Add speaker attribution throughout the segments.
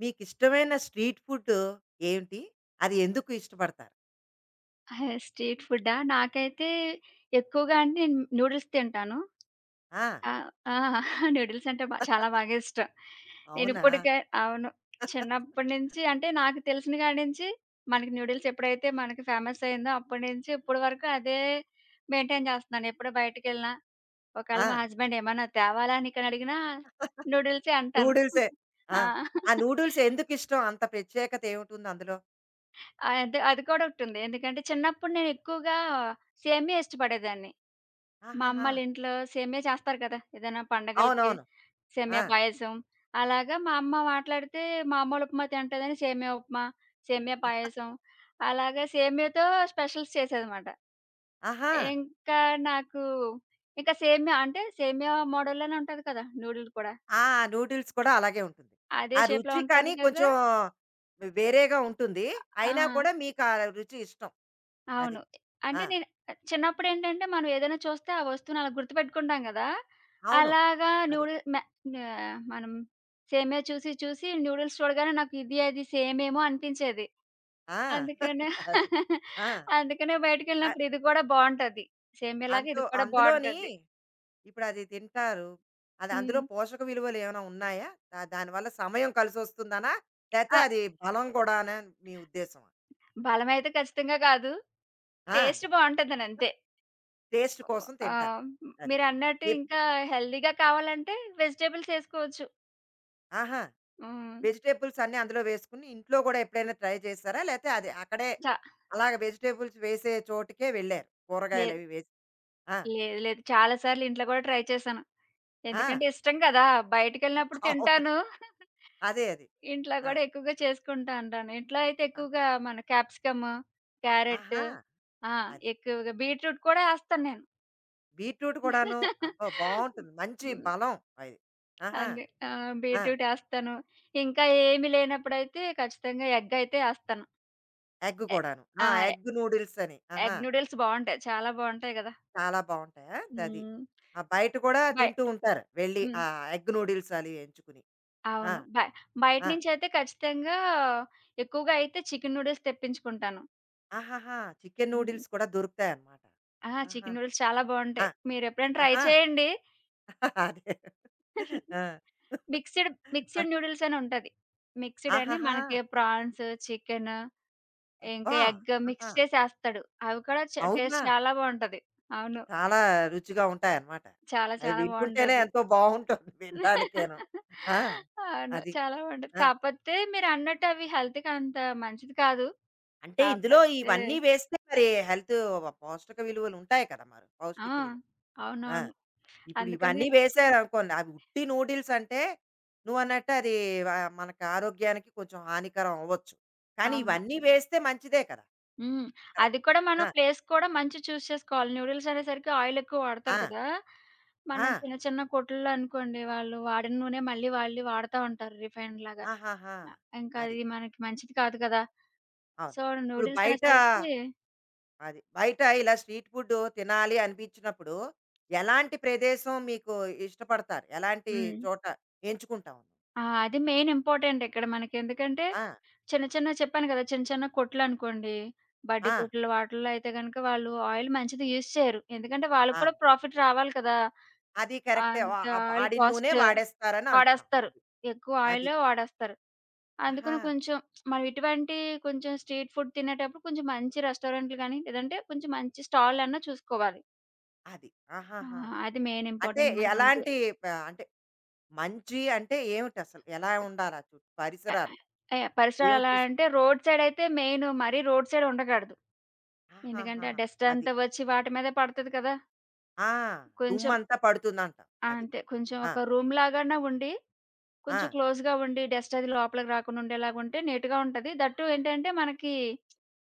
Speaker 1: మీకిష్టమైన street food ఏంటి? అది ఎందుకు ఇష్టపడతారు?
Speaker 2: అహా! స్ట్రీట్ ఫుడ్డా? నాకైతే ఎక్కువగా అంటే నేను నూడిల్స్ తింటాను.
Speaker 1: ఆ!
Speaker 2: ఆహ్, ఆ! నూడిల్స్ అంటే చాలా బాగా ఇష్టం. నేను
Speaker 1: అవునా?
Speaker 2: ఇప్పటికే అవును. చిన్నప్పటి నుంచి అంటే నాకు తెలిసిన కాడి నుంచి మనకి నూడిల్స్ ఎప్పుడైతే మనకి ఫేమస్ అయిందో అప్పటి నుంచి ఇప్పటి వరకు అదే మెయింటైన్ చేస్తున్నాను. ఎప్పుడు బయటికెళ్ళినా ఒకవేళ
Speaker 1: ఆ!
Speaker 2: మా హస్బెండ్ ఏమన్నా తేవాలా నీకని అడిగినా నూడిల్సే అంటాను.
Speaker 1: నూడిల్సే. ఆ!
Speaker 2: ఆ!
Speaker 1: ఆ నూడిల్స్ ఎందుకిష్టం? అంత ప్రత్యేకత ఏమిటుంది అందులో?
Speaker 2: అది అది కూడా ఒకటుంది. ఎందుకంటే చిన్నప్పుడు నేను ఎక్కువగా సేమియా ఇష్టపడేదాన్ని. మా
Speaker 1: ఆహాహా!
Speaker 2: అమ్మోళ్ళింట్లో సేమ్యా చేస్తారు కదా! ఏదైనా పండగలకి
Speaker 1: అవునవును.
Speaker 2: సేమ్యా
Speaker 1: ఆ!
Speaker 2: పాయసం. అలాగా మా అమ్మ మాట్లాడితే మామూలు ఉప్మా తింటదని సేమ్యా ఉప్మా, సేమ్యా పాయసం, అలాగా సేమ్యాతో స్పెషల్స్ చేసేదమాట.
Speaker 1: ఆహా!
Speaker 2: ఇంకా నాకు ఇంకా సేమ్యా అంటే సేమ్యా మోడల్‌లోనే ఉంటది కదా! నూడిల్ కూడా.
Speaker 1: ఆ! నూడిల్స్ కూడా అలాగే ఉంటుంది.
Speaker 2: అదే
Speaker 1: ఆ
Speaker 2: షేప్‌లో
Speaker 1: రుచి
Speaker 2: ఉంటది
Speaker 1: కానీ
Speaker 2: కదా!
Speaker 1: కొంచెం వేరేగా ఉంటుంది.
Speaker 2: ఆ!
Speaker 1: అయినా కూడా మీకు ఆ రుచి ఇష్టం. అది.
Speaker 2: అవును.
Speaker 1: ఆ!
Speaker 2: అంటే నేను చిన్నప్పుడేంటంటే మనం ఏదైనా చూస్తే ఆ వస్తువుని అలా గుర్తుపెట్టుకుంటాం గదా!
Speaker 1: అవును.
Speaker 2: అలాగా
Speaker 1: అదే.
Speaker 2: నూడిల్ మె మనం సేమియా చూసి చూసి నూడిల్స్ చూడగానే నాకు ఇది సేమేమో అనిపించేది.
Speaker 1: ఆ!
Speaker 2: అందుకనే
Speaker 1: అది. ఆ!
Speaker 2: అందుకనే
Speaker 1: అ
Speaker 2: బయటికెళ్ళినప్పుడు ఇది కూడా బావుంటది. సేమియాలాగా ఇది
Speaker 1: అంతో
Speaker 2: కూడా
Speaker 1: అందులోని
Speaker 2: బావుంటది.
Speaker 1: ఇప్పుడది తింటారు. అది
Speaker 2: హ్మ్.
Speaker 1: అందులో పోషక విలువలు ఏమైనా ఉన్నాయా? దానివల్ల సమయం కలిసొస్తుందనా? లేతే
Speaker 2: ఆ!
Speaker 1: అది బలం గూడానా మీ ఉద్దేశమా?
Speaker 2: బలమైతే ఖచ్చితంగా కాదు.
Speaker 1: ఆ!
Speaker 2: టేస్ట్ బావుంటదనంతే.
Speaker 1: టేస్ట్
Speaker 2: ఓహ్!
Speaker 1: కోసం
Speaker 2: ఆ!
Speaker 1: తింటారు. అది.
Speaker 2: మీరన్నట్టు
Speaker 1: ఎప్
Speaker 2: ఇంకా హెల్తీగా కావాలంటే వెజిటబుల్స్ ఏసుకోవచ్చు.
Speaker 1: ఆహా!
Speaker 2: హ్మ్.
Speaker 1: వెజిటబుల్స్ అన్నీ అందులో వేసుకొని ఇంట్లో గూడా ఎప్పుడైనా ట్రై చేసారా? లేతే అది అక్కడే
Speaker 2: చ
Speaker 1: అలాగ వెజిటబుల్స్ వేసే చోటుకే వెళ్లారు.
Speaker 2: లే
Speaker 1: కూరగాయలవి వేసి. ఆ!
Speaker 2: లేదు. లేదు. చాలా సార్లు ఇంట్లో గూడా ట్రై చేశాను.
Speaker 1: ఆ!
Speaker 2: ఎందుకంటే ఇష్టం కదా! బయటికెళ్ళినప్పుడు
Speaker 1: అవును.
Speaker 2: తింటాను.
Speaker 1: అదే అది.
Speaker 2: ఇంట్లో
Speaker 1: ఆ!
Speaker 2: గూడా ఎక్కువగా చేసుకుంటా ఉంటాను. ఇంట్లో అయితే
Speaker 1: ఆ!
Speaker 2: ఎక్కువగా మన క్యాప్సికమ్, క్యారెట్,
Speaker 1: ఆహా!
Speaker 2: ఆ!
Speaker 1: అది.
Speaker 2: ఎక్కువగా బీట్రూట్ కూడా ఏస్తాను నేను.
Speaker 1: బీట్రూట్ కూడాను. అబ్బా! బావుంటుంది. మంచి
Speaker 2: హ్మ్.
Speaker 1: బలం అది. ఆహా!
Speaker 2: అదే. ఆ!
Speaker 1: ఆ!
Speaker 2: బీట్రూట్ ఏస్తాను. ఇంకా ఏమి లేనప్పుడైతే ఖచ్చితంగా ఎగ్ అయితే ఏస్తాను.
Speaker 1: ఎగ్
Speaker 2: ఎ
Speaker 1: కూడాను.
Speaker 2: ఆ!
Speaker 1: ఆ! ఎగ్ నూడిల్స్ అని.
Speaker 2: ఎగ్
Speaker 1: ఆహా!
Speaker 2: నూడిల్స్ బావుంటాయి. చాలా బావుంటాయి గదా!
Speaker 1: చాలా బావుంటాయా? అది.
Speaker 2: హ్మ్.
Speaker 1: ఆ! బయట కూడా
Speaker 2: బై
Speaker 1: తింటూ ఉంటారు. వెళ్ళి
Speaker 2: హ్మ్.
Speaker 1: ఆ ఎగ్ నూడిల్స్ అవి ఎంచుకుని. ఆ!
Speaker 2: అవును. బయట
Speaker 1: ఆ!
Speaker 2: నుంచయితే ఖచ్చితంగా ఎక్కువగా అయితే చికెన్ నూడిల్స్ తెప్పించుకుంటాను.
Speaker 1: ఆహాహా! చికెన్
Speaker 2: హ్మ్.
Speaker 1: నూడిల్స్ కూడా దొరుకుతాయన్నమాట.
Speaker 2: ఆ!
Speaker 1: ఆహా!
Speaker 2: చికెన్ నూడిల్స్ చాలా
Speaker 1: ఆ!
Speaker 2: బావుంటాయి. మీరెప్పుడైనా ట్రై
Speaker 1: ఆహా!
Speaker 2: చేయండి.
Speaker 1: అదే. ఆ!
Speaker 2: మిక్స్‌డ్ మిక్స్‌డ్ నూడిల్స్ అని ఉంటది. మిక్స్‌డ్ అని
Speaker 1: ఆహాహా!
Speaker 2: మనకి ప్రాన్స్, చికెను, ఇంకా
Speaker 1: అబ్బా!
Speaker 2: ఎగ్
Speaker 1: ఆహా!
Speaker 2: మిక్స్ చేసేస్తాడు. అవి కూడా
Speaker 1: అవునా?
Speaker 2: టేస్ట్ చాలా బావుంటది. అవును.
Speaker 1: చాలా రుచిగా ఉంటాయన్నమాట.
Speaker 2: చాలా
Speaker 1: అది
Speaker 2: చాలా
Speaker 1: వింటుంటేనే
Speaker 2: బావుంటది.
Speaker 1: ఎంతో బావుంటుంది వినడానికేను. ఆ!
Speaker 2: అవును.
Speaker 1: అది.
Speaker 2: చాలా బావుంటది.
Speaker 1: ఆ!
Speaker 2: కాపోతే మీరన్నట్టు అవి హెల్త్‌కి అంత మంచిది కాదు.
Speaker 1: అంటే ఇందులో
Speaker 2: కాపోతే
Speaker 1: ఇవన్నీ వేస్తే మరి హెల్త్ పౌష్టిక విలువలు ఉంటాయి కదా మరి
Speaker 2: ఆ!
Speaker 1: పౌష్టిక విలువ. ఆ!
Speaker 2: అవునవును.
Speaker 1: ఇప్పుడు
Speaker 2: అందుకనే
Speaker 1: ఇవన్నీ వేశారనుకోండి అవి ఉట్టి నూడిల్స్ అంటే నువ్వన్నట్టు అది వ మనకు ఆరోగ్యానికి కొంచెం హానికరం అవ్వచ్చు. కానీ
Speaker 2: అవును.
Speaker 1: ఇవన్నీ వేస్తే మంచిదే కదా!
Speaker 2: హ్మ్.
Speaker 1: కదా!
Speaker 2: అది కూడా మనం
Speaker 1: ఆ!
Speaker 2: ప్లేస్ కూడా మంచి చేసుకోవాలి. నూడిల్స్ అనేసరికి ఆయిల్ ఎక్కువ
Speaker 1: ఆ!
Speaker 2: వాడతారు కదా!
Speaker 1: ఆ!
Speaker 2: మనం చిన్న చిన్న కొట్టుల్లో అనుకోండి వాళ్ళు వాడిన నూనె మళ్ళీ వాళ్ళు వాడతా ఉంటారు రిఫైన్డ్ లాగా.
Speaker 1: ఆహాహా!
Speaker 2: ఇంకా
Speaker 1: అది.
Speaker 2: అది మనకి మంచిది కాదు కదా!
Speaker 1: అవును.
Speaker 2: సో,
Speaker 1: ఇప్పుడు
Speaker 2: నూడిల్స్
Speaker 1: బయట
Speaker 2: అనేసరికి
Speaker 1: అది. బయట ఇలా స్ట్రీట్ ఫుడ్ తినాలి అనిపించినప్పుడు ఎలాంటి ప్రదేశం మీకు ఇష్టపడతారు? ఎలాంటి
Speaker 2: హ్మ్.
Speaker 1: చోట ఎంచుకుంటావు?
Speaker 2: ఆ! అది మెయిన్ ఇంపార్టెంట్ ఇక్కడ మనకి. ఎందుకంటే
Speaker 1: ఆ!
Speaker 2: చిన్న చిన్న చెప్పాను కదా! చిన్న చిన్న కొట్లనుకోండి. బడ్డీ
Speaker 1: ఆ!
Speaker 2: కొట్లు వాటిల్లో అయితే గనుక వాళ్ళు ఆయిల్ మంచిది యూజ్ చేయరు. ఎందుకంటే వాళ్ళకి
Speaker 1: ఆ!
Speaker 2: కూడా ప్రాఫిట్ రావాలి కదా!
Speaker 1: అది కరెక్టే.
Speaker 2: అంత ఆయిల్
Speaker 1: వాడిన నూనె
Speaker 2: కాస్ట్.
Speaker 1: వాడేస్తారని అంటున్నావు.
Speaker 2: వాడేస్తారు.
Speaker 1: అది.
Speaker 2: ఎక్కువ
Speaker 1: అది.
Speaker 2: ఆయిలే వాడేస్తారు.
Speaker 1: ఆహా!
Speaker 2: అందుకని కొంచెం మనం ఇటువంటి కొంచెం స్ట్రీట్ ఫుడ్ తినేటప్పుడు కొంచెం మంచి రెస్టారెంట్లు గాని, లేదంటే కొంచెం మంచి స్టాల్‌లన్నా చూసుకోవాలి.
Speaker 1: అది.
Speaker 2: ఆ!
Speaker 1: ఆహాహా!
Speaker 2: అది మెయిన్
Speaker 1: అంటే
Speaker 2: ఇంపార్టెంట్ మాట మనకి.
Speaker 1: ఎలాంటి అంటే మంచి అంటే ఏమిటసలు? ఎలా ఉండాలి ఆ చుట్టూ
Speaker 2: ఆ!
Speaker 1: పరిసరాలు?
Speaker 2: ఆ! యాహ్! పరిసరాలు
Speaker 1: ఏమి
Speaker 2: ఎలా
Speaker 1: చూసు
Speaker 2: అంటే రోడ్ సైడ్ అయితే మెయిన్ మరీ రోడ్ సైడ్ ఉండకూడదు. ఎందుకంటే
Speaker 1: ఆహాహా!
Speaker 2: ఆ డస్ట్
Speaker 1: అది.
Speaker 2: అంతా వచ్చి వాటి మీదే పడతది కదా!
Speaker 1: ఆ!
Speaker 2: కొంచెం
Speaker 1: దుమ్మంతా పడుతుందంటావు.
Speaker 2: ఆ!
Speaker 1: అది.
Speaker 2: అంతే కొంచెం
Speaker 1: ఆ!
Speaker 2: ఒక రూమ్ లాగానే ఉండి,
Speaker 1: ఆ!
Speaker 2: కొంచెం క్లోజ్‌గా ఉండి డస్ట్ అది లోపలికి రాకుండా ఉండేలాగా ఉంటే నీట్‌గా ఉంటది. దట్ టూ ఏంటంటే మనకి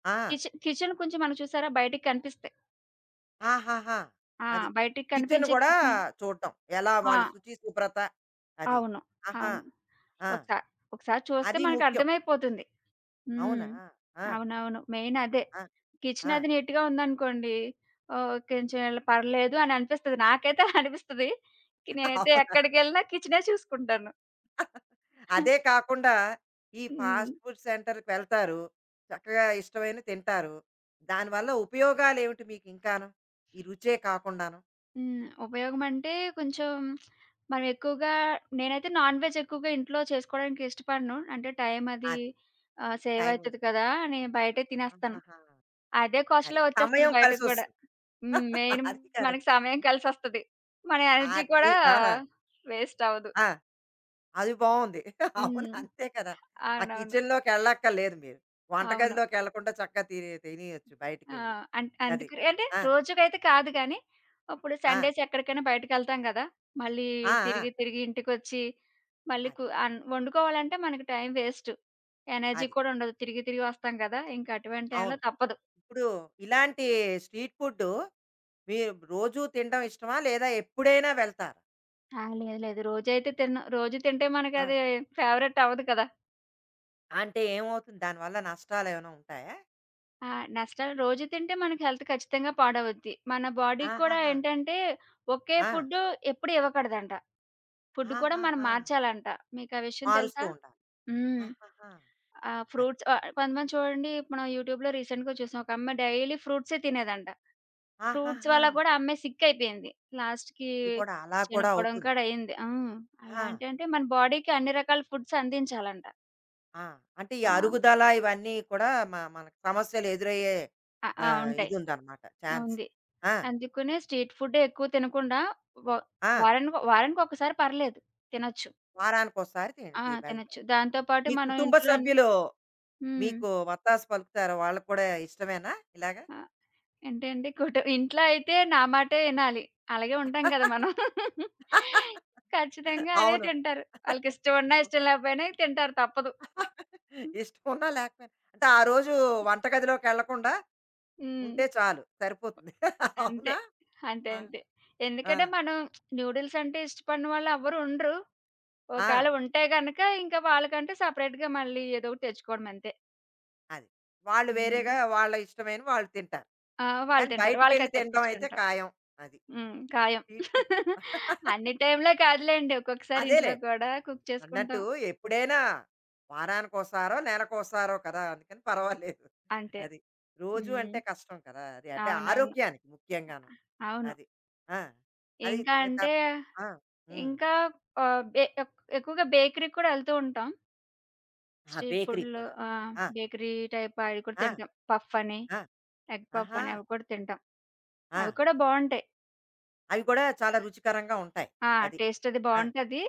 Speaker 1: ఆ!
Speaker 2: కిచెన్ కిచెన్ కొంచెం మనకు చూసారా బయటికి కనిపిస్తాయి.
Speaker 1: ఆహాహా!
Speaker 2: ఆ!
Speaker 1: అది.
Speaker 2: బయటికి
Speaker 1: కిచెన్
Speaker 2: కనిపించే
Speaker 1: గూడా
Speaker 2: కిచెన్.
Speaker 1: చూడటం. ఎలా
Speaker 2: ఆ!
Speaker 1: వాళ్ళు శుచి, శుభ్రత అదీను.
Speaker 2: అవును.
Speaker 1: ఆహా!
Speaker 2: అవును.
Speaker 1: ఆ!
Speaker 2: ఒకసా ఒకసారి చూస్తే
Speaker 1: అది ముఖ్యం.
Speaker 2: మనకర్థమైపోతుంది. హ్మ్.
Speaker 1: అవునా? ఆ!
Speaker 2: అవునవును. మెయిన్ అదే.
Speaker 1: ఆ!
Speaker 2: కిచెన్
Speaker 1: ఆ!
Speaker 2: అది నీట్‌గా ఉందనుకోండి. ఓహ్! కొంచెం ఇలా పర్లేదు అని అనిపిస్తది. నాకైతే అలా అనిపిస్తది. నేనైతే
Speaker 1: అవును.
Speaker 2: ఎక్కడికెళ్ళినా కిచెనే చూసుకుంటాను.
Speaker 1: అదే కాకుండా ఈ
Speaker 2: హ్మ్.
Speaker 1: ఫాస్ట్ ఫుడ్ సెంటర్‌కి వెళ్తారు. చక్కగా ఇష్టమైనవి తింటారు. దానివల్ల ఉపయోగాలేమిటి మీకు ఇంకాను? ఈ రుచే కాకుండాను.
Speaker 2: హ్మ్. ఉపయోగం అంటే కొంచెం మనం ఎక్కువగా నేనైతే నాన్ వెజ్ ఎక్కువగా ఇంట్లో చేసుకోవడానికి ఇష్టపడను. అంటే టైం అది
Speaker 1: అదే.
Speaker 2: Save
Speaker 1: time.
Speaker 2: అయితది కదా! అని బయటే తినేస్తాను.
Speaker 1: ఆహాహా!
Speaker 2: అదే
Speaker 1: అది.
Speaker 2: కాస్ట్‌లో వచ్చేస్తది
Speaker 1: సమయం
Speaker 2: బయటకి గూడా.
Speaker 1: కలిసొస్తుంది.
Speaker 2: హ్మ్. మెయిన్
Speaker 1: అది
Speaker 2: మనకి
Speaker 1: కరెక్ట్.
Speaker 2: సమయం కలిసొస్తది. మన ఎనర్జీ
Speaker 1: అది.
Speaker 2: కూడా
Speaker 1: ఆ!
Speaker 2: వేస్ట్ అవ్వదు.
Speaker 1: ఆ! అది బావుంది. అవును.
Speaker 2: హ్మ్.
Speaker 1: అంతే కదా! ఆ
Speaker 2: అవునవును.
Speaker 1: కిచెన్‌లోకెళ్ళక్కర్లేదు మీరు.
Speaker 2: అవును.
Speaker 1: వంటగదిలోకి వెళ్ళకుండా చక్కగా తినే తినేయొచ్చు
Speaker 2: ఆ!
Speaker 1: బయటికెళ్ళి. అది.
Speaker 2: అందుకు అంటే
Speaker 1: ఆ!
Speaker 2: రోజుకైతే కాదు గానీ, ఇప్పుడు
Speaker 1: ఆ!
Speaker 2: సండేస్ ఎక్కడికైనా బయటకెళ్తాం గదా! మళ్ళీ
Speaker 1: ఆ! ఆ!
Speaker 2: తిరిగి, తిరిగి ఇంటికొచ్చి మళ్ళీ కు
Speaker 1: అది.
Speaker 2: అన్ వండుకోవాలంటే మనకి టైం వేస్ట్. ఎనర్జీ
Speaker 1: అది.
Speaker 2: కూడా ఉండదు. తిరిగి, తిరిగి వస్తాం గదా! ఇంక అటువంటి టైంలో
Speaker 1: అవును.
Speaker 2: తప్పదు.
Speaker 1: ఇప్పుడు ఇలాంటి స్ట్రీట్ ఫుడ్డు మీరు రోజూ తినడం ఇష్టమా? లేదా ఎప్పుడైనా వెళ్తారా?
Speaker 2: ఆ! లేదు లేదు. రోజైతే తిన రోజు తింటే
Speaker 1: ఆ!
Speaker 2: మనకది ఫేవరెట్ అవ్వదు కదా!
Speaker 1: అంటే ఏమవుతుంది? దానివల్ల నష్టాలేమైనా ఉంటాయా?
Speaker 2: ఆ! నష్టాలు రోజు తింటే మనకి హెల్త్ ఖచ్చితంగా పాడవుద్ది. మన బాడీకి కూడా
Speaker 1: ఆహాహా!
Speaker 2: ఏంటంటే, ఒకే
Speaker 1: ఆ!
Speaker 2: ఫుడ్డు ఎప్పుడు ఇవ్వకూడదంట. ఫుడ్ కూడా మనం
Speaker 1: ఆహాహా!
Speaker 2: మార్చాలంట. మీకు ఆ విషయం
Speaker 1: మారుస్తూ
Speaker 2: తెలుసా?
Speaker 1: ఉండాలి.
Speaker 2: హ్మ్.
Speaker 1: ఆహాహా! అది.
Speaker 2: కొంతమంది చూడండి మనం యూట్యూబ్‌లో రీసెంట్‌గా చూసాం. ఒక అమ్మాయి డైలీ ఫ్రూట్సే తినేదంట. ఫ్రూట్స్
Speaker 1: ఆహాహా!
Speaker 2: వల్ల కూడా ఆ అమ్మాయి సిక్ అయిపోయింది. లాస్ట్‌కి
Speaker 1: ఇది కూడా అలా కూడా
Speaker 2: చనిపోవడం
Speaker 1: అవుతుంది.
Speaker 2: కూడా అయింది. హ్మ్. అలా
Speaker 1: ఆ!
Speaker 2: అంటే, అంటే మన బాడీకి అన్ని రకాల ఫుడ్స్ అందించాలంట.
Speaker 1: ఆ! అంటే ఈ
Speaker 2: ఆ!
Speaker 1: అరుగుదల ఇవన్నీ కూడా మనకు సమస్యలు ఎదురయ్యే
Speaker 2: ఆ! ఆ!
Speaker 1: ఆహ్,
Speaker 2: ఉంటాయి.
Speaker 1: ఇదుందనమాట
Speaker 2: ఆ!
Speaker 1: ఛాన్స్.
Speaker 2: ఉంది.
Speaker 1: ఆ!
Speaker 2: అందుకనే స్ట్రీట్ ఫుడ్డే ఎక్కువ తినకుండా వ
Speaker 1: ఆ!
Speaker 2: వారానికొకసారి పర్లేదు తినొచ్చు.
Speaker 1: వారానికోసారి తిన్
Speaker 2: ఆ! తినొచ్చు.
Speaker 1: వెళ్తారు.
Speaker 2: దాంతో పాటు
Speaker 1: మీ
Speaker 2: మనం
Speaker 1: కుటుంబ
Speaker 2: ఇంట్లో అన్ని
Speaker 1: సభ్యులు
Speaker 2: హ్మ్.
Speaker 1: మీకు వత్తాసు పలుకుతారా? వాళ్ళకి కూడా ఇష్టమేనా ఇలాగా?
Speaker 2: ఆహ్, ఏంటండి కుట ఇంట్లో అయితే నా మాటే ఇనాలి. అలాగే ఉంటాం కదా మనం. ఖచ్చితంగా అదే
Speaker 1: అవును.
Speaker 2: తింటారు. వాళ్ళకిష్టం ఉన్నా, ఇష్టం లేకపోయినా తింటారు తప్పదు.
Speaker 1: ఇష్టం ఉన్నా లేకపోయినా అంటే ఆ రోజు వంటగదిలోకెళ్ళకుండా
Speaker 2: హ్మ్.
Speaker 1: ఉంటే చాలు సరిపోతుంది.
Speaker 2: అంతే.
Speaker 1: అవునా?
Speaker 2: అంతే.
Speaker 1: ఆ!
Speaker 2: అంతే.
Speaker 1: ఆ!
Speaker 2: ఎందుకంటే మనం నూడిల్స్ అంటే ఇష్టపడని వాళ్ళు ఎవ్వరు ఉండరు.
Speaker 1: ఆ!
Speaker 2: ఒకవేళ ఉంటే గనక ఇంకా వాళ్ళకంటూ సెపరేట్‌గా మళ్ళీ ఏదో ఒకటి తెచ్చుకోవడం అంతే.
Speaker 1: అది. వాళ్ళు
Speaker 2: హ్మ్.
Speaker 1: వేరేగా వాళ్ళ ఇష్టమైనవి వాళ్ళు తింటారు.
Speaker 2: ఆ! వాళ్ళు
Speaker 1: కానీ
Speaker 2: తింటారు.
Speaker 1: బయటికెళ్ళి
Speaker 2: వాళ్ళకది
Speaker 1: తినడం అయితే
Speaker 2: తెప్పించుకుంటాం.
Speaker 1: ఖాయం. అది.
Speaker 2: హ్మ్. ఖాయం.
Speaker 1: Street food.
Speaker 2: అన్ని టైమ్‌లో కాదులెండి. ఒక్కొక్కసారి ఇంట్లో
Speaker 1: అదేలే.
Speaker 2: కూడా కుక్ చేసుకుంటాం.
Speaker 1: అన్నట్టు ఎప్పుడైనా వారానికోసారో, నెలకోసారో కదా! అందుకని పర్వాలేదు.
Speaker 2: అంతే.
Speaker 1: అది. రోజు
Speaker 2: హ్మ్.
Speaker 1: అంటే కష్టం కదా! అది. అంటే
Speaker 2: అవునవును.
Speaker 1: ఆరోగ్యానికి ముఖ్యంగాను.
Speaker 2: అవును.
Speaker 1: అది. ఆ! అది
Speaker 2: ఇంకా
Speaker 1: నే త
Speaker 2: అంటే
Speaker 1: ఆ! హ్మ్.
Speaker 2: ఇంకా ఆహ్, బే ఎక్ ఎక్కువగా బేకరీకి కూడా ఎళ్తూ ఉంటాం.
Speaker 1: ఆ!
Speaker 2: స్ట్రీట్
Speaker 1: బేకరీ
Speaker 2: ఫుడ్‌లో
Speaker 1: కూడా.
Speaker 2: ఆ!
Speaker 1: ఆ!
Speaker 2: బేకరీ టైప్ అవి కూడా
Speaker 1: ఆ!
Speaker 2: తింటాం. పఫ్ అని,
Speaker 1: ఆ!
Speaker 2: ఎగ్ పఫ్
Speaker 1: ఆహా!
Speaker 2: అని అవి కూడా తింటాం.
Speaker 1: ఆ!
Speaker 2: అవి కూడా బావుంటాయి.
Speaker 1: అవి కూడా చాలా రుచికరంగా ఉంటాయి.
Speaker 2: ఆ!
Speaker 1: అది.
Speaker 2: టేస్ట్ అది
Speaker 1: ఆ!
Speaker 2: బావుంటది.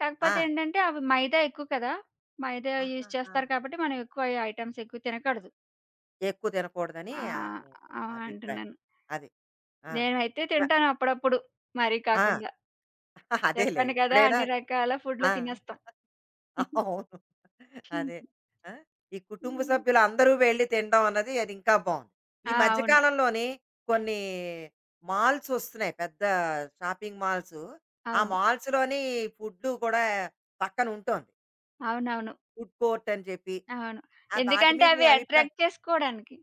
Speaker 2: కాకపోతే
Speaker 1: ఆ!
Speaker 2: ఏంటంటే అవి మైదా ఎక్కువ కదా! మైదా యూజ్
Speaker 1: ఆహాహా!
Speaker 2: చేస్తారు కాబట్టి మనం ఎక్కువ ఐటెమ్స్ ఎక్కువ తినకూడదు.
Speaker 1: ఎక్కువ తినకూడదని
Speaker 2: ఆ!
Speaker 1: మీ
Speaker 2: ఆ!
Speaker 1: అభిప్రాయం.
Speaker 2: అంటున్నాను.
Speaker 1: అది. ఆ!
Speaker 2: నేనైతే
Speaker 1: ర
Speaker 2: తింటాను అప్పుడప్పుడు. మరీ
Speaker 1: ఆ!
Speaker 2: కాకుండా.
Speaker 1: అదేలే
Speaker 2: చెప్పాను కదా!
Speaker 1: ఇప్పుడైనా
Speaker 2: అన్ని రకాల ఫుడ్‌లు
Speaker 1: ఆ!
Speaker 2: తినేస్తాం.
Speaker 1: అవును. అదే. ఆ! ఈ కుటుంబ
Speaker 2: హ్మ్.
Speaker 1: సభ్యులు అందరూ వెళ్లి తినడం అన్నది అది ఇంకా బావుంది. ఈ
Speaker 2: ఆ!
Speaker 1: మధ్య
Speaker 2: అవును.
Speaker 1: కాలంలోని కొన్ని మాల్స్ వస్తున్నాయి. పెద్ద షాపింగ్ మాల్స్. ఆ
Speaker 2: అవును.
Speaker 1: మాల్స్‌లోని ఫుడ్డు కూడా పక్కన ఉంటుంది.
Speaker 2: అవునవును.
Speaker 1: ఫుడ్ కోర్ట్ అని చెప్పి
Speaker 2: అవును.
Speaker 1: ఆ వాటి
Speaker 2: ఎందుకంటే
Speaker 1: మీద మీ
Speaker 2: అవి
Speaker 1: అభిప్రాయం.
Speaker 2: అట్రాక్ట్ చేసుకోవడానికి.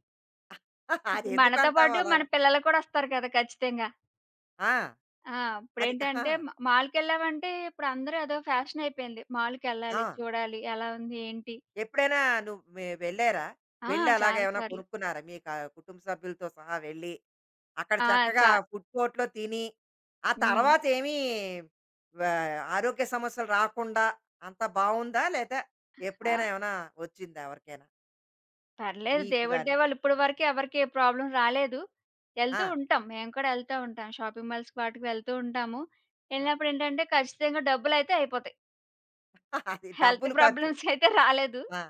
Speaker 1: అది
Speaker 2: ఇప్పుడు మనతో
Speaker 1: ఎందుకంటావు
Speaker 2: పాటు మన
Speaker 1: అలాగా?
Speaker 2: పిల్లలు కూడా వస్తారు కదా! ఖచ్చితంగా.
Speaker 1: ఆ!
Speaker 2: ఆ!
Speaker 1: అది ఆహా!
Speaker 2: ఇప్పుడేంటంటే మాల్‌కెళ్ళామంటే ఇప్పుడు అందరూ అదో ఫ్యాషన్ అయిపోయింది.
Speaker 1: ఆ!
Speaker 2: మాల్‌కెళ్ళాలి, చూడాలి, ఎలా ఉంది? ఏంటి?
Speaker 1: ఎప్పుడైనా నువ్వు వెళ్ళారా?
Speaker 2: ఆ!
Speaker 1: వెళ్లి
Speaker 2: చాలా
Speaker 1: అలాగేమైనా
Speaker 2: సార్లు.
Speaker 1: కొనుక్కున్నారా? మీ కుటుంబ సభ్యులతో సహా వెళ్లి అక్కడ
Speaker 2: ఆ!
Speaker 1: చక్కగా
Speaker 2: చా
Speaker 1: ఫుడ్ కోర్ట్‌లో తిని, ఆ
Speaker 2: హ్మ్.
Speaker 1: తర్వాత ఏమీ వ ఆరోగ్య సమస్యలు రాకుండా అంతా బావుందా? లేదా
Speaker 2: ఆ!
Speaker 1: ఎప్పుడైనా ఏమైనా వచ్చిందా ఎవరికైనా?
Speaker 2: పర్లేదు.
Speaker 1: మీకు
Speaker 2: దేవుడి
Speaker 1: గాని?
Speaker 2: దయ వల్ల ఇప్పటి వరకు ఎవరికీ ఏ ప్రాబ్లమ్ రాలేదు.
Speaker 1: ఆ!
Speaker 2: ఎళ్తూ ఉంటాం. మేము కూడా ఎళ్తూ ఉంటాం. షాపింగ్ మాల్స్‌కి వాటికి వెళ్తూ ఉంటాము.
Speaker 1: ఆ!
Speaker 2: ఎళ్ళినప్పుడు ఏంటంటే ఖచ్చితంగా డబ్బులైతే అయిపోతాయి.
Speaker 1: అది
Speaker 2: హెల్త్
Speaker 1: డబ్బులు ఖర్చు.
Speaker 2: ప్రాబ్లమ్స్ అయితే రాలేదు.
Speaker 1: ఆ!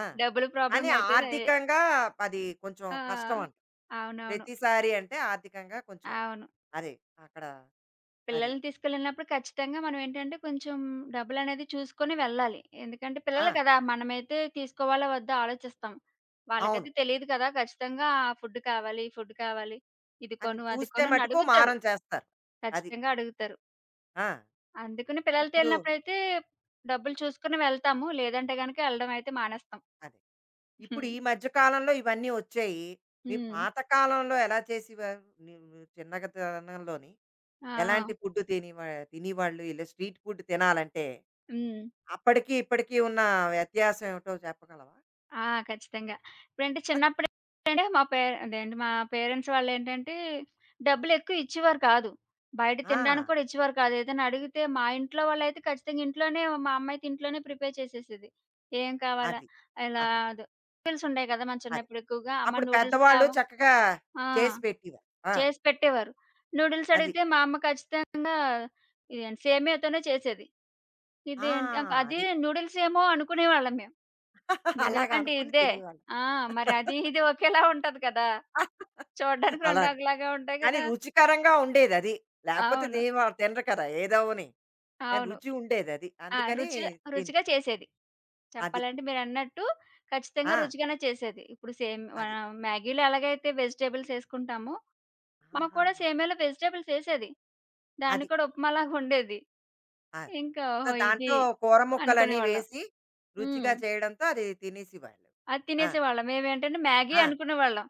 Speaker 1: ఆ!
Speaker 2: డబ్బుల
Speaker 1: కానీ
Speaker 2: ప్రాబ్లమ్ అయితే రే
Speaker 1: ఆర్థికంగా అది కొంచెం
Speaker 2: ఆ!
Speaker 1: కష్టం అంట.
Speaker 2: అవునవును.
Speaker 1: ప్రతిసారి అంటే ఆర్థికంగా కొంచెం
Speaker 2: అవును.
Speaker 1: అది అక్కడ అది.
Speaker 2: పిల్లల్ని తీసుకెళ్ళినప్పుడు ఖచ్చితంగా మనం ఏంటంటే కొంచెం డబ్బులనేది చూసుకొని వెళ్ళాలి. ఎందుకంటే
Speaker 1: ఆ!
Speaker 2: పిల్లలు కదా! మనమైతే తీసుకోవాలా వద్దా ఆలోచిస్తాం.
Speaker 1: అవును.
Speaker 2: వాళ్ళకైతే తెలీదు కదా! ఖచ్చితంగా ఫుడ్ కావాలి, ఫుడ్ కావాలి, ఇది
Speaker 1: అని
Speaker 2: కొను, అది
Speaker 1: చూస్తే
Speaker 2: కొను అని
Speaker 1: మటుకు
Speaker 2: అడుగుతారు.
Speaker 1: మారం చేస్తారు. అది.
Speaker 2: ఖచ్చితంగా అడుగుతారు.
Speaker 1: ఆ!
Speaker 2: అందుకని పిల్లలతో
Speaker 1: ఇప్పుడు
Speaker 2: ఎళ్ళినప్పుడైతే డబ్బులు చూసుకొని వెళ్తాము. లేదంటే గనక ఎళ్ళడం అయితే మానేస్తాం.
Speaker 1: అదే. ఇప్పుడు
Speaker 2: హ్మ్.
Speaker 1: ఈ మధ్య కాలంలో ఇవన్నీ వచ్చాయి. మీ
Speaker 2: హ్మ్.
Speaker 1: పాత కాలంలో ఎలా చేసేవారు? నువ్వు చిన్నగతనంలోని
Speaker 2: ఆ! ఆ!
Speaker 1: ఎలాంటి ఫుడ్ తినేవాళ్ళు? ఇలా స్ట్రీట్ ఫుడ్ తినాలంటే
Speaker 2: హ్మ్.
Speaker 1: అప్పటికి, ఇప్పటికి ఉన్న వ్యత్యాసం ఏమిటో చెప్పగలవా?
Speaker 2: ఆ! ఖచ్చితంగా. ఇప్పుడంటే చిన్నప్పుడేంటంటే మా పే అదేంటి మా పేరెంట్స్ వాళ్ళేంటంటే డబ్బులెక్కువ ఇచ్చేవారు కాదు. బయట తినడానికి
Speaker 1: ఆ!
Speaker 2: కూడా ఇచ్చేవారు కాదు. ఏదైనా అడిగితే మా ఇంట్లో వాళ్ళైతే ఖచ్చితంగా ఇంట్లోనే మా అమ్మ అయితే ఇంట్లోనే ప్రిపేర్ చేసేసేది. ఏం కావాలా
Speaker 1: అది.
Speaker 2: ఇలా
Speaker 1: ఆహాహా!
Speaker 2: ద నూడిల్స్ ఉండేయి కదా! మన
Speaker 1: అది.
Speaker 2: చిన్నప్పుడు ఎక్కువగా అమ్మ
Speaker 1: అప్పుడు
Speaker 2: నూడిల్స్
Speaker 1: పెద్దవాళ్ళు
Speaker 2: కావా
Speaker 1: చక్కగా
Speaker 2: ఆ!
Speaker 1: చేసి పెట్టేవారు. ఆ!
Speaker 2: చేసి పెట్టేవారు. నూడిల్స్
Speaker 1: అది.
Speaker 2: అడిగితే మా అమ్మ ఖచ్చితంగా ఇదేంటి సేమియాతోనే చేసేది.
Speaker 1: ఆ!
Speaker 2: అది
Speaker 1: అది.
Speaker 2: నూడిల్స్ ఏమో అనుకునేవాళ్ళం మేము. నూడిల్స్
Speaker 1: అలాగా
Speaker 2: అంటే
Speaker 1: అనుకుని
Speaker 2: ఇదే.
Speaker 1: తినేవాళ్ళు.
Speaker 2: ఆ! మరి అది ఇది ఒకేలా ఉంటది కదా! చూడ్డానికి 2
Speaker 1: అలాగా.
Speaker 2: ఒకలాగా ఉంటాయి
Speaker 1: కానీ
Speaker 2: కదా!
Speaker 1: రుచికరంగా ఉండేదది. లేకపోతే
Speaker 2: అవును.
Speaker 1: తినేవాళ్ళు తినరు కదా! ఏదోవని. కానీ
Speaker 2: అవును.
Speaker 1: రుచి ఉండేదది.
Speaker 2: ఆ!
Speaker 1: అందుకని
Speaker 2: రుచి
Speaker 1: తిని
Speaker 2: రుచిగా చేసేది.
Speaker 1: అది.
Speaker 2: చెప్పాలంటే మీరన్నట్టు ఖచ్చితంగా
Speaker 1: ఆ!
Speaker 2: రుచిగానే చేసేది. ఇప్పుడు సేమ్
Speaker 1: అది.
Speaker 2: మ్యాగీలో ఎలాగైతే వెజిటబుల్స్ ఏసుకుంటామో, మా అమ్మ కూడా
Speaker 1: ఆహాహా!
Speaker 2: సేమియాలో వెజిటబుల్స్ ఏసేది. దాన్ని
Speaker 1: అది.
Speaker 2: కూడా ఉప్మాలాగా ఉండేది.
Speaker 1: ఆ!
Speaker 2: ఇంకా
Speaker 1: సో,
Speaker 2: ఓహో! ఇది
Speaker 1: దాంట్లో కూర ముక్కలని
Speaker 2: అనుకునేవాళ్ళం.
Speaker 1: వేసి
Speaker 2: హ్మ్.
Speaker 1: రుచిగా చేయడంతో అది తినేసేవాళ్ళు.
Speaker 2: అది
Speaker 1: ఆ!
Speaker 2: తినేసేవాళ్ళం. మేమేంటంటే మ్యాగీ
Speaker 1: ఆ!
Speaker 2: అనుకునేవాళ్ళం.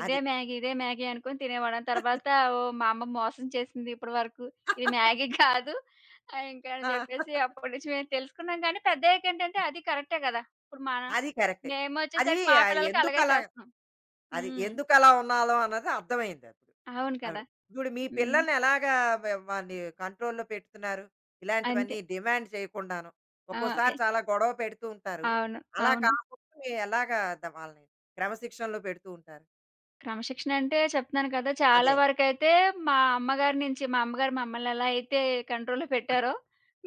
Speaker 2: ఇదే
Speaker 1: అది.
Speaker 2: మ్యాగీ, ఇదే మ్యాగీ అనుకుని తినేవాళ్ళం. తర్వాత ఓహ్! మా అమ్మ మోసం చేసింది ఇప్పటి వరకు. ఇది మ్యాగీ కాదు ఇంకా అని
Speaker 1: ఆ!
Speaker 2: చెప్పేసి అప్పటి నుంచి మేము తెలుసుకున్నాం. కానీ పెద్దయ్యాకేంటంటే అది కరెక్టే కదా! ఇప్పుడు మన
Speaker 1: అది కరెక్టే. అది
Speaker 2: మేమొచ్చేసరికి మా పిల్లలకి అలాగే
Speaker 1: ఎందుకలా
Speaker 2: చేస్తున్నాం.
Speaker 1: అది
Speaker 2: హ్మ్.
Speaker 1: ఎందుకలా ఉన్నాలో అన్నది అర్థమైంది అప్పుడు.
Speaker 2: అవును
Speaker 1: ఆవిడ.
Speaker 2: కదా!
Speaker 1: ఇప్పుడు మీ
Speaker 2: హ్మ్.
Speaker 1: పిల్లల్ని ఎలాగా వారిని కంట్రోల్‌లో పెడుతున్నారు?
Speaker 2: అంతే.
Speaker 1: ఇలాంటివన్నీ డిమాండ్ చేయకుండాను.
Speaker 2: ఆ! ఎ
Speaker 1: ఒక్కోసారి చాలా గొడవ పెడుతూ ఉంటారు.
Speaker 2: అవును.
Speaker 1: అలా
Speaker 2: అవును.
Speaker 1: కాకుండా మీరు ఎలాగా వాళ్ళని క్రమశిక్షణలో పెడుతూ ఉంటారు?
Speaker 2: క్రమశిక్షణ అంటే చెప్తున్నాను కదా! చాలా
Speaker 1: అదే.
Speaker 2: వరకైతే మా అమ్మగారి నుంచి మా అమ్మగారు మమ్మల్ని ఎలా అయితే కంట్రోల్‌లో పెట్టారో,
Speaker 1: అదే.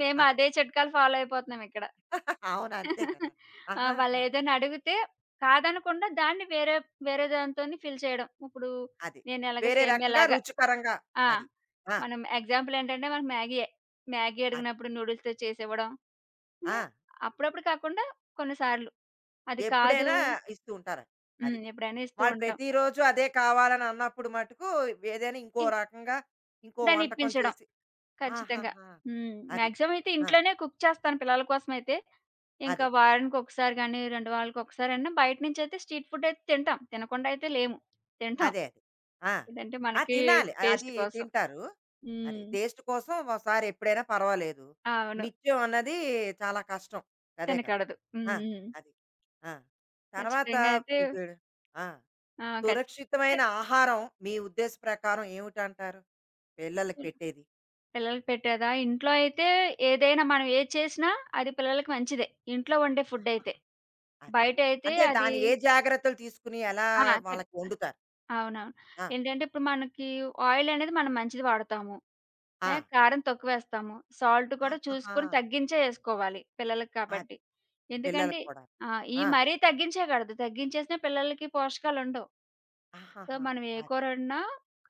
Speaker 2: మేము
Speaker 1: అది.
Speaker 2: అదే చిట్కాలు ఫాలో అయిపోతున్నాం ఇక్కడ.
Speaker 1: అవును. అంతే కదా!
Speaker 2: ఆ! వాళ్ళు
Speaker 1: ఆహాహా!
Speaker 2: ఏదైనా అడిగితే కాదనకుండా దాన్ని వేరే దానితోని ఫిల్ చేయడం. ఇప్పుడు
Speaker 1: అది.
Speaker 2: నేను ఎలాగ
Speaker 1: వేరే రకంగా
Speaker 2: సేమ్యాలాగా
Speaker 1: రుచికరంగా
Speaker 2: ఆ!
Speaker 1: అది. ఆ!
Speaker 2: మనం ఎగ్జాంపుల్ ఏంటంటే మనకు మ్యాగీయే. మ్యాగీ
Speaker 1: అది.
Speaker 2: అడిగినప్పుడు నూడిల్స్‌తో చేసివ్వడం.
Speaker 1: ఆ!
Speaker 2: యాహ్! అప్పుడప్పుడు కాకుండా కొన్నిసార్లు అది కాదు
Speaker 1: ఎప్పుడైనా ఇస్తూ ఉంటారు.
Speaker 2: హ్మ్.
Speaker 1: అది.
Speaker 2: ఎప్పుడైనా ఇస్తూ
Speaker 1: వాళ్ళు
Speaker 2: ఉంటాం.
Speaker 1: ప్రతిరోజు అదే కావాలని అన్నప్పుడు మటుకు ఏదైనా ఇంకో
Speaker 2: ఇం
Speaker 1: రకంగా ఇంకో
Speaker 2: దాన్ని
Speaker 1: వంటకం
Speaker 2: ఇప్పించడం.
Speaker 1: చేసి
Speaker 2: ఖచ్చితంగా.
Speaker 1: ఆహాహా!
Speaker 2: హ్మ్.
Speaker 1: అది.
Speaker 2: మాక్సిమం అయితే
Speaker 1: ఆ!
Speaker 2: ఇంట్లోనే కుక్ చేస్తాను పిల్లల కోసమయితే. ఇంకా
Speaker 1: అదే.
Speaker 2: వారానికొకసారి గాని, 2 వారాలకొకసారన్నా బయట నుంచయితే స్ట్రీట్ ఫుడ్ అయితే తింటాం. తినకుండా అయితే లేము. తింటాం.
Speaker 1: అదే. అదే. ఆ!
Speaker 2: ఏదంటే
Speaker 1: ఆ!
Speaker 2: మనకి
Speaker 1: తినాలి. అది
Speaker 2: టేస్ట్ కోసం.
Speaker 1: తింటారు. అది
Speaker 2: హ్మ్.
Speaker 1: టేస్ట్ కోసం ఒకసారి ఎప్పుడైనా పర్వాలేదు.
Speaker 2: అవును.
Speaker 1: నిత్యం అన్నది చాలా కష్టం. అదే కదా!
Speaker 2: తినకూడదు.
Speaker 1: ఆ!
Speaker 2: హ్మ్.
Speaker 1: అది. ఆ! తర్వాత
Speaker 2: ఖచ్చితంగా అయితే
Speaker 1: ఇప్పుడు ఆ!
Speaker 2: ఆ!
Speaker 1: సురక్షితమైన
Speaker 2: ఖచ్చితంగా
Speaker 1: ఆహారం మీ ఉద్దేశ ప్రకారం ఏమిటంటారు? పిల్లలకి
Speaker 2: తెచ్చాను.
Speaker 1: పెట్టేది?
Speaker 2: పిల్లలకి పెట్టేదా? ఇంట్లో అయితే ఏదైనా మనం ఏది చేసినా అది పిల్లలకి మంచిదే. ఇంట్లో వండే ఫుడ్ అయితే.
Speaker 1: అది.
Speaker 2: బయటయితే
Speaker 1: అంటే
Speaker 2: అది
Speaker 1: దాని ఏ జాగ్రత్తలు తీసుకుని ఎలా
Speaker 2: ఆ! చెప్పండి.
Speaker 1: వాళ్ళకి వండుతారు?
Speaker 2: అవునవును.
Speaker 1: ఆ!
Speaker 2: ఏంటంటే ఇప్పుడు మనకి ఆయిల్ అనేది మనం మంచిది వాడతాము.
Speaker 1: ఆ!
Speaker 2: ఏ కారం తక్కువేస్తాము. సాల్ట్ కూడా
Speaker 1: ఆహాహా!
Speaker 2: చూసుకొని తగ్గించే యేసుకోవాలి పిల్లలకి
Speaker 1: అది.
Speaker 2: కాబట్టి. ఎందుకంటే
Speaker 1: పిల్లలకి కూడా.
Speaker 2: ఈ
Speaker 1: ఆ!
Speaker 2: మరీ తగ్గించేయగూడదు. తగ్గించేసినా పిల్లలకి పోషకాలుండవు. సో,
Speaker 1: ఆహాహా!
Speaker 2: మనం ఏ
Speaker 1: అది.
Speaker 2: కూరొండినా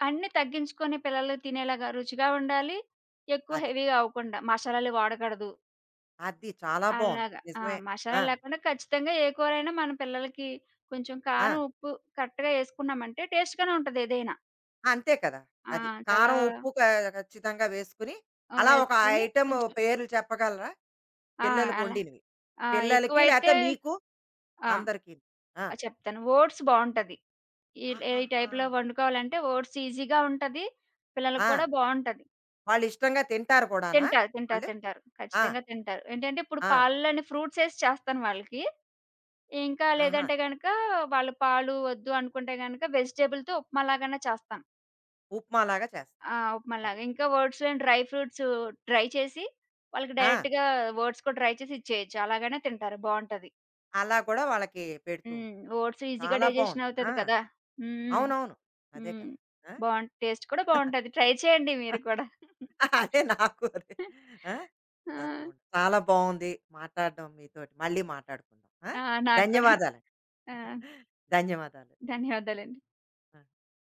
Speaker 2: అన్నీ తగ్గించుకొని పిల్లలు తినేలాగా రుచిగా ఉండాలి. ఎక్కువ
Speaker 1: అది.
Speaker 2: హెవీగా అవ్వకుండా. మసాలాలు వాడకూడదు.
Speaker 1: అది చాలా బావుంది.
Speaker 2: అలాగా. ఆ!
Speaker 1: నిజమే. ఆ!
Speaker 2: మసాలాలు లేకుండా ఖచ్చితంగా ఏ కూరైనా మన పిల్లలకి కొంచెం
Speaker 1: ఆ!
Speaker 2: కారం, ఉప్పు కరెక్ట్‌గా యేసుకున్నామంటే టేస్ట్‌గానే ఉంటది ఏదైనా.
Speaker 1: అంతే కదా!
Speaker 2: ఆ!
Speaker 1: అది.
Speaker 2: చాలా
Speaker 1: కారం, ఉప్పు ఖచ్చితంగా వేసుకుని అలా ఒక
Speaker 2: వేసుకొని
Speaker 1: ఐటెమ్
Speaker 2: కొంచెం
Speaker 1: పేర్లు చెప్పగలరా?
Speaker 2: ఆ!
Speaker 1: పిల్లలకి
Speaker 2: అలా
Speaker 1: వండినవి.
Speaker 2: ఆ!
Speaker 1: పిల్లలకి
Speaker 2: ఎక్కువైతే
Speaker 1: లేతే మీకు?
Speaker 2: ఆ!
Speaker 1: అందరికీను. ఆ!
Speaker 2: చెప్తాను. ఓట్స్ బావుంటది. ఈ ఈ
Speaker 1: ఆహాహా!
Speaker 2: టైప్‌లో వండుకోవాలంటే ఓట్స్ ఈజీగా ఉంటది. పిల్లలకి
Speaker 1: ఆ!
Speaker 2: కూడా బావుంటది.
Speaker 1: వాళ్ళిష్టంగా తింటారు కూడానా
Speaker 2: తింటారు, తింటారు,
Speaker 1: వాళ్ళు?
Speaker 2: తింటారు.
Speaker 1: ఆ!
Speaker 2: ఖచ్చితంగా తింటారు. ఏంటంటే ఇప్పుడు
Speaker 1: ఆ!
Speaker 2: పాలల్లోని ఫ్రూట్స్ ఏసి చేస్తాను వాళ్ళకి. ఇంకా
Speaker 1: ఆహా!
Speaker 2: లేదంటే గనక వాళ్ళు పాలు వద్దు అనుకుంటే గనక వెజిటబుల్‌తో ఉప్మా లాగన్నా చేస్తాను.
Speaker 1: ఉప్మాలాగా చేస్తా.
Speaker 2: ఆ! ఉప్మా
Speaker 1: అది.
Speaker 2: లాగా. ఇంకా ఓట్స్‌లోని డ్రై ఫ్రూట్స్ డ్రై చేసి వాళ్ళకి
Speaker 1: ఆ!
Speaker 2: డైరెక్ట్‌గా ఓట్స్ కూడా డ్రై చేసి ఇచ్చేయొచ్చు. అలాగనే తింటారు బావుంటది.
Speaker 1: అలా కూడా వాళ్ళకి పెడుతూ
Speaker 2: హ్మ్.
Speaker 1: ఉంటాం.
Speaker 2: ఓట్స్ ఈజీగా
Speaker 1: చాలా
Speaker 2: డైజెషన్
Speaker 1: బావుంది.
Speaker 2: అవుతది
Speaker 1: ఆ!
Speaker 2: కదా! హ్మ్. హ్మ్.
Speaker 1: అవునవును. అదే
Speaker 2: హ్మ్.
Speaker 1: కదా! ఆ!
Speaker 2: టేస్ట్ కూడా బావుంటది. ట్రై చేయండి మీరు కూడా.
Speaker 1: అదే నాకు అదే. ఆ!
Speaker 2: ఆ!
Speaker 1: తప్పకుండా. చాలా బావుంది మాట్లాడడం మీతోటి. మళ్ళీ మాట్లాడుకుందాం. ఆ!
Speaker 2: ఆ! నాకు కూడా.
Speaker 1: ధన్యవాదాలండి.
Speaker 2: ఆ!
Speaker 1: ధన్యవాదాలు.
Speaker 2: ధన్యవాదాలండి.
Speaker 1: ఆ!